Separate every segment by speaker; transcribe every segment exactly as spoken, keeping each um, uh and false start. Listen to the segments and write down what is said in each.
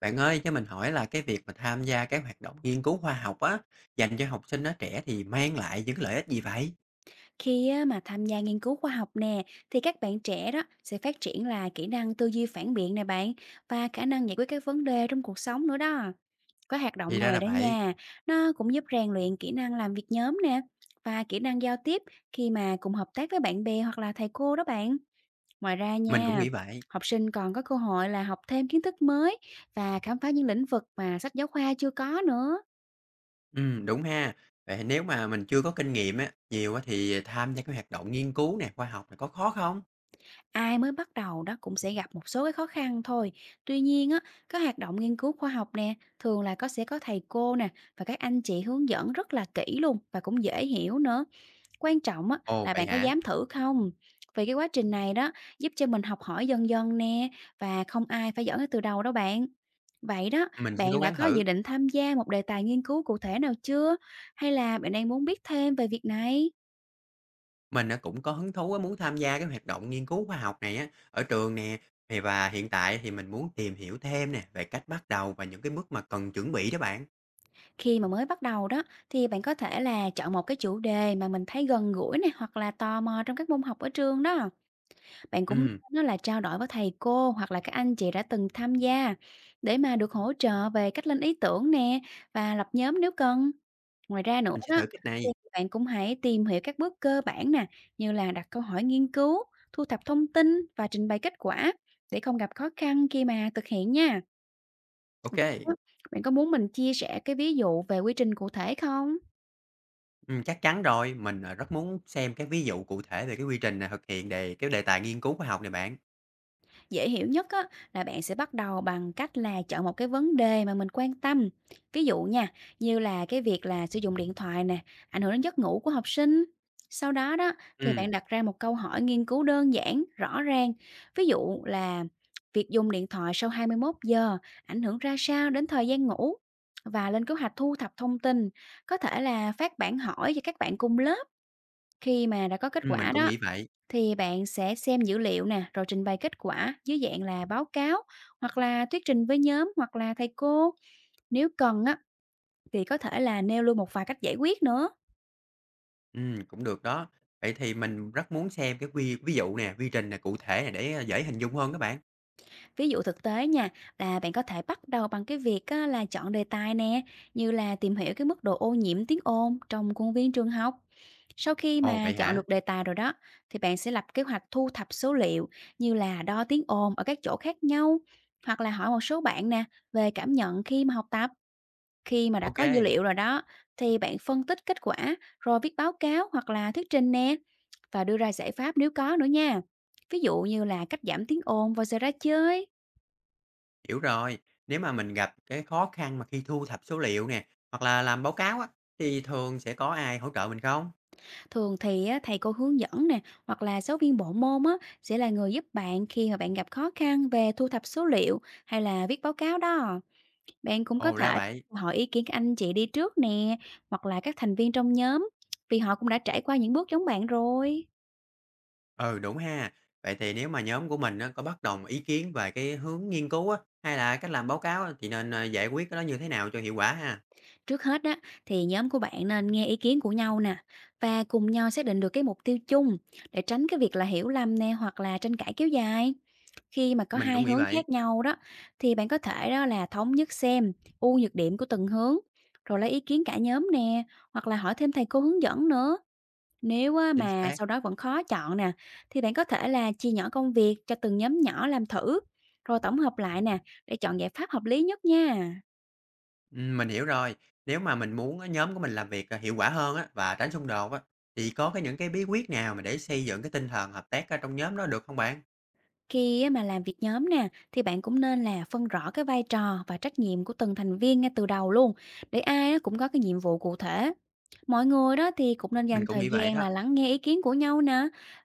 Speaker 1: Bạn ơi, cho mình hỏi là cái việc mà tham gia các hoạt động nghiên cứu khoa học á, dành cho học sinh nó trẻ thì mang lại những lợi ích gì vậy?
Speaker 2: Khi á, mà tham gia nghiên cứu khoa học nè, thì các bạn trẻ đó sẽ phát triển là kỹ năng tư duy phản biện nè bạn, và khả năng giải quyết các vấn đề trong cuộc sống nữa đó. Cái hoạt
Speaker 1: Thì
Speaker 2: động
Speaker 1: ra
Speaker 2: này
Speaker 1: là
Speaker 2: đó
Speaker 1: vậy,
Speaker 2: nha, nó cũng giúp rèn luyện kỹ năng làm việc nhóm nè và kỹ năng giao tiếp khi mà cùng hợp tác với bạn bè hoặc là thầy cô đó bạn. Ngoài ra
Speaker 1: mình cũng
Speaker 2: nha,
Speaker 1: nghĩ vậy.
Speaker 2: học sinh còn có cơ hội là học thêm kiến thức mới và khám phá những lĩnh vực mà sách giáo khoa chưa có nữa.
Speaker 1: Ừ, đúng ha. Vậy nếu mà mình chưa có kinh nghiệm á, nhiều á thì tham gia cái hoạt động nghiên cứu nè, khoa học này có khó không?
Speaker 2: Ai mới bắt đầu đó cũng sẽ gặp một số cái khó khăn thôi. Tuy nhiên á, các hoạt động nghiên cứu khoa học nè, thường là có sẽ có thầy cô nè và các anh chị hướng dẫn rất là kỹ luôn, và cũng dễ hiểu nữa. Quan trọng á
Speaker 1: Ồ,
Speaker 2: là
Speaker 1: vậy
Speaker 2: bạn có
Speaker 1: hả?
Speaker 2: dám thử không? Vì cái quá trình này đó giúp cho mình học hỏi dần dần nè, và không ai phải giỏi ngay từ đầu đâu bạn. Vậy đó,
Speaker 1: Mình sẽ
Speaker 2: bạn
Speaker 1: cố
Speaker 2: đã
Speaker 1: gắng
Speaker 2: có dự
Speaker 1: thử.
Speaker 2: định tham gia một đề tài nghiên cứu cụ thể nào chưa? Hay là bạn đang muốn biết thêm về việc này?
Speaker 1: Mình á, cũng có hứng thú á, muốn tham gia cái hoạt động nghiên cứu khoa học này á, ở trường nè. Thì và hiện tại thì mình muốn tìm hiểu thêm nè về cách bắt đầu và những cái bước mà cần chuẩn bị đó bạn.
Speaker 2: Khi mà mới bắt đầu đó thì bạn có thể là chọn một cái chủ đề mà mình thấy gần gũi này, hoặc là tò mò trong các môn học ở trường đó. Bạn cũng
Speaker 1: Ừ,
Speaker 2: nó là trao đổi với thầy cô hoặc là các anh chị đã từng tham gia, để mà được hỗ trợ về cách lên ý tưởng nè và lập nhóm nếu cần. Ngoài ra nữa
Speaker 1: mình sẽ
Speaker 2: đó,
Speaker 1: thử cách này.
Speaker 2: thì bạn cũng hãy tìm hiểu các bước cơ bản nè, như là đặt câu hỏi nghiên cứu, thu thập thông tin và trình bày kết quả, để không gặp khó khăn khi mà thực hiện nha.
Speaker 1: Ok.
Speaker 2: Bạn có muốn mình chia sẻ cái ví dụ về quy trình cụ thể không?
Speaker 1: Ừm, chắc chắn rồi, mình, à, rất muốn xem các ví dụ cụ thể về cái quy trình, à, thực hiện đề cái đề tài nghiên cứu khoa học này bạn.
Speaker 2: Dễ hiểu nhất á, là bạn sẽ bắt đầu bằng cách là chọn một cái vấn đề mà mình quan tâm. Ví dụ nha, như là cái việc là sử dụng điện thoại nè, ảnh hưởng đến giấc ngủ của học sinh. Sau đó đó thì bạn
Speaker 1: Ừm,
Speaker 2: đặt ra một câu hỏi nghiên cứu đơn giản, rõ ràng. Ví dụ là việc dùng điện thoại sau hai mươi mốt giờ ảnh hưởng ra sao đến thời gian ngủ, và lên kế hoạch thu thập thông tin, có thể là phát bản hỏi cho các bạn cùng lớp khi mà đã có kết
Speaker 1: ừm, mình
Speaker 2: quả
Speaker 1: cũng
Speaker 2: đó.
Speaker 1: nghĩ vậy.
Speaker 2: Thì bạn sẽ xem dữ liệu nè, rồi trình bày kết quả dưới dạng là báo cáo hoặc là thuyết trình với nhóm hoặc là thầy cô. Nếu cần á thì có thể là nêu luôn một vài cách giải quyết nữa.
Speaker 1: Ừm, cũng được đó. Vậy thì mình rất muốn xem cái ví ví dụ nè, quy trình nè, cụ thể này để, a, dễ hình dung hơn các bạn.
Speaker 2: Ví dụ thực tế nha, là bạn có thể bắt đầu bằng cái việc á, là chọn đề tài nè, như là tìm hiểu cái mức độ ô nhiễm tiếng ồn trong khuôn viên trường học. Sau khi
Speaker 1: Ồ,
Speaker 2: mà
Speaker 1: vậy
Speaker 2: chọn
Speaker 1: hả?
Speaker 2: được đề tài rồi đó, thì bạn sẽ lập kế hoạch thu thập số liệu, như là đo tiếng ồn ở các chỗ khác nhau, hoặc là hỏi một số bạn nè về cảm nhận khi mà học tập. Khi mà đã có dữ
Speaker 1: Ok,
Speaker 2: liệu rồi đó, thì bạn phân tích kết quả, rồi viết báo cáo hoặc là thuyết trình nè, và đưa ra giải pháp nếu có nữa nha. Ví dụ như là cách giảm tiếng ồn vào giờ ra chơi.
Speaker 1: hiểu rồi. Nếu mà mình gặp cái khó khăn mà khi thu thập số liệu nè, hoặc là làm báo cáo á, thì thường sẽ có ai hỗ trợ mình không?
Speaker 2: Thường thì á, thầy cô hướng dẫn nè, hoặc là giáo viên bộ môn á, sẽ là người giúp bạn khi mà bạn gặp khó khăn về thu thập số liệu hay là viết báo cáo đó. Bạn cũng có
Speaker 1: Ồ, ra
Speaker 2: thể
Speaker 1: vậy.
Speaker 2: hỏi ý kiến các anh chị đi trước nè, hoặc là các thành viên trong nhóm, vì họ cũng đã trải qua những bước giống bạn rồi.
Speaker 1: Ừ, đúng ha. Vậy thì nếu mà nhóm của mình á, có bất đồng ý kiến về cái hướng nghiên cứu á, hay là cách làm báo cáo á, thì nên, ờ, giải quyết cái đó như thế nào cho hiệu quả ha?
Speaker 2: Trước hết á, thì nhóm của bạn nên nghe ý kiến của nhau nè, và cùng nhau xác định được cái mục tiêu chung, để tránh cái việc là hiểu lầm nè, hoặc là tranh cãi kéo dài. Khi mà có
Speaker 1: Mình cũng
Speaker 2: hai
Speaker 1: nghĩ
Speaker 2: hướng
Speaker 1: vậy,
Speaker 2: khác nhau đó, thì bạn có thể đó là thống nhất xem ưu nhược điểm của từng hướng, rồi lấy ý kiến cả nhóm nè, hoặc là hỏi thêm thầy cô hướng dẫn nữa. Nếu á,
Speaker 1: chính
Speaker 2: mà
Speaker 1: xác.
Speaker 2: sau đó vẫn khó chọn nè, thì bạn có thể là chia nhỏ công việc cho từng nhóm nhỏ làm thử, rồi tổng hợp lại nè, để chọn giải pháp hợp lý nhất nha.
Speaker 1: Ừm, mình hiểu rồi. Nếu mà mình muốn á, nhóm của mình làm việc, ờ, hiệu quả hơn á, và tránh xung đột á, thì có cái những cái bí quyết nào mà để xây dựng cái tinh thần hợp tác ở trong nhóm đó được không bạn?
Speaker 2: Khi á mà làm việc nhóm nè, thì bạn cũng nên là phân rõ cái vai trò và trách nhiệm của từng thành viên ngay từ đầu luôn, để ai á cũng có cái nhiệm vụ cụ thể. Mọi người đó thì cũng nên
Speaker 1: Mình
Speaker 2: dành
Speaker 1: cũng
Speaker 2: thời
Speaker 1: nghĩ vậy
Speaker 2: gian
Speaker 1: đó,
Speaker 2: là lắng nghe ý kiến của nhau nè,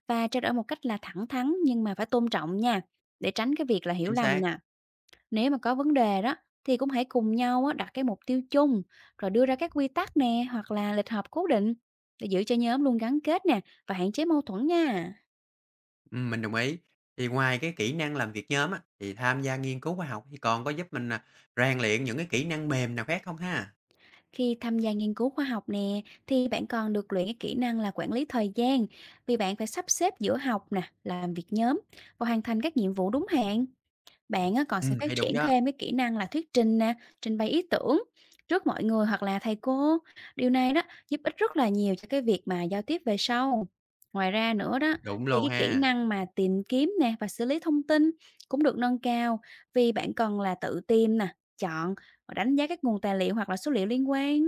Speaker 2: và trao đổi một cách là thẳng thắn nhưng mà phải tôn trọng nha, để tránh cái việc là hiểu
Speaker 1: chính
Speaker 2: lầm
Speaker 1: xác.
Speaker 2: nè. Nếu mà có vấn đề đó, thì cũng hãy cùng nhau á đặt cái mục tiêu chung, rồi đưa ra các quy tắc nè, hoặc là lịch họp cố định, để giữ cho nhóm luôn gắn kết nè, và hạn chế mâu thuẫn nha.
Speaker 1: Ừm, mình đồng ý. Thì ngoài cái kỹ năng làm việc nhóm á, thì tham gia nghiên cứu khoa học thì còn có giúp mình, à, rèn luyện những cái kỹ năng mềm nào khác không ha?
Speaker 2: Khi tham gia nghiên cứu khoa học nè, thì bạn còn được luyện cái kỹ năng là quản lý thời gian, vì bạn phải sắp xếp giữa học nè, làm việc nhóm và hoàn thành các nhiệm vụ đúng hạn. Bạn á, còn sẽ
Speaker 1: Ừm,
Speaker 2: phát
Speaker 1: hay, đúng
Speaker 2: triển
Speaker 1: đó.
Speaker 2: thêm cái kỹ năng là thuyết trình nè, trình bày ý tưởng trước mọi người hoặc là thầy cô. Điều này đó giúp ích rất là nhiều cho cái việc mà giao tiếp về sau. Ngoài ra nữa đó,
Speaker 1: Đúng
Speaker 2: thì
Speaker 1: luôn
Speaker 2: cái kỹ
Speaker 1: ha.
Speaker 2: năng mà tìm kiếm nè và xử lý thông tin cũng được nâng cao, vì bạn cần là tự tìm nè, chọn và đánh giá các nguồn tài liệu hoặc là số liệu liên quan.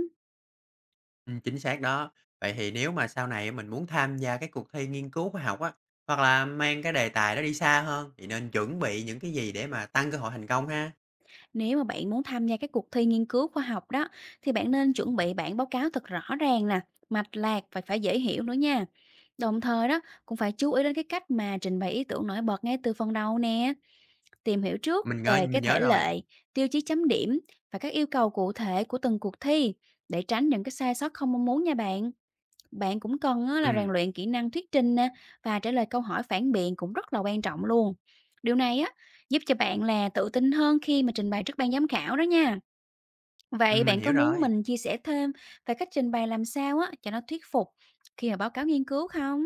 Speaker 1: Ừm, chính xác đó. Vậy thì nếu mà sau này mình muốn tham gia cái cuộc thi nghiên cứu khoa học á, hoặc là mang cái đề tài đó đi xa hơn, thì nên chuẩn bị những cái gì để mà tăng cơ hội thành công ha?
Speaker 2: Nếu mà bạn muốn tham gia các cuộc thi nghiên cứu khoa học đó, thì bạn nên chuẩn bị bản báo cáo thật rõ ràng nè, mạch lạc và phải dễ hiểu nữa nha. Đồng thời đó cũng phải chú ý đến cái cách mà trình bày ý tưởng nổi bật ngay từ phần đầu nè, tìm hiểu trước
Speaker 1: Mình ngơi
Speaker 2: về cái
Speaker 1: mình nhớ
Speaker 2: thể
Speaker 1: rồi.
Speaker 2: lệ, tiêu chí chấm điểm và các yêu cầu cụ thể của từng cuộc thi, để tránh những cái sai sót không mong muốn nha bạn. Bạn cũng cần á, là
Speaker 1: Ừm,
Speaker 2: rèn luyện kỹ năng thuyết trình nè, và trả lời câu hỏi phản biện cũng rất là quan trọng luôn. Điều này á giúp cho bạn là tự tin hơn khi mà trình bày trước ban giám khảo đó nha. Vậy
Speaker 1: ừm, mình
Speaker 2: bạn có
Speaker 1: hiểu
Speaker 2: muốn
Speaker 1: rồi.
Speaker 2: mình chia sẻ thêm về cách trình bày làm sao á cho nó thuyết phục khi mà báo cáo nghiên cứu không?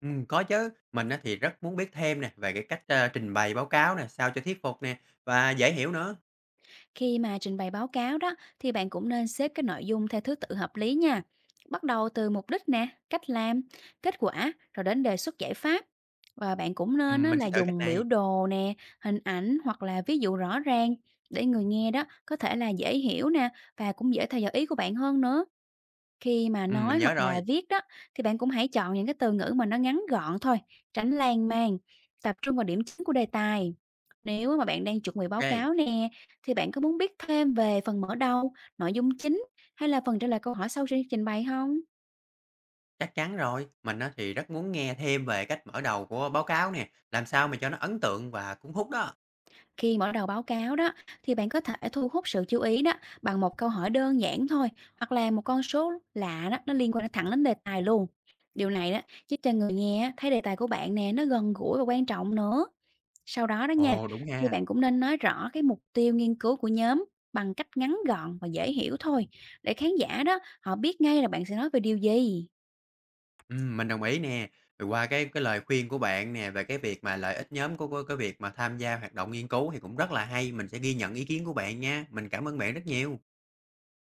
Speaker 1: Ừm, có chứ. Mình á thì rất muốn biết thêm nè, về cái cách, a, trình bày báo cáo nè, sao cho thuyết phục nè, và dễ hiểu nữa.
Speaker 2: Khi mà trình bày báo cáo đó, thì bạn cũng nên xếp cái nội dung theo thứ tự hợp lý nha. Bắt đầu từ mục đích nè, cách làm, kết quả rồi đến đề xuất giải pháp. Và bạn cũng nên
Speaker 1: Ừm,
Speaker 2: á,
Speaker 1: mình
Speaker 2: là
Speaker 1: sẽ thử cách
Speaker 2: dùng biểu
Speaker 1: này.
Speaker 2: đồ nè, hình ảnh hoặc là ví dụ rõ ràng, để người nghe đó có thể là dễ hiểu nè, và cũng dễ theo dõi ý của bạn hơn nữa. Khi mà
Speaker 1: Ừm, mình
Speaker 2: nói
Speaker 1: nhớ
Speaker 2: hoặc là
Speaker 1: rồi.
Speaker 2: viết đó, thì bạn cũng hãy chọn những cái từ ngữ mà nó ngắn gọn thôi, tránh lan man, tập trung vào điểm chính của đề tài. Nếu mà bạn đang chuẩn bị báo
Speaker 1: OK,
Speaker 2: cáo nè, thì bạn có muốn biết thêm về phần mở đầu, nội dung chính, hay là phần trả lời câu hỏi sau khi trình bày không?
Speaker 1: chắc chắn rồi. Mình á thì rất muốn nghe thêm về cách mở đầu của báo cáo nè, làm sao mà cho nó ấn tượng và cuốn hút đó.
Speaker 2: Khi mở đầu báo cáo đó, thì bạn có thể thu hút sự chú ý đó bằng một câu hỏi đơn giản thôi, hoặc là một con số lạ đó, nó liên quan thẳng đến đề tài luôn. Điều này đó, giúp cho người nghe thấy đề tài của bạn nè, nó gần gũi và quan trọng nữa. Sau đó đó nha,
Speaker 1: Ồ, đúng
Speaker 2: thì
Speaker 1: ha.
Speaker 2: bạn cũng nên nói rõ cái mục tiêu nghiên cứu của nhóm bằng cách ngắn gọn và dễ hiểu thôi, để khán giả đó họ biết ngay là bạn sẽ nói về điều gì.
Speaker 1: Ừm, mình đồng ý nè. Thì qua cái cái lời khuyên của bạn nè về cái việc mà lợi ích nhóm của của cái việc mà tham gia hoạt động nghiên cứu thì cũng rất là hay, mình sẽ ghi nhận ý kiến của bạn nha. Mình cảm ơn bạn rất nhiều.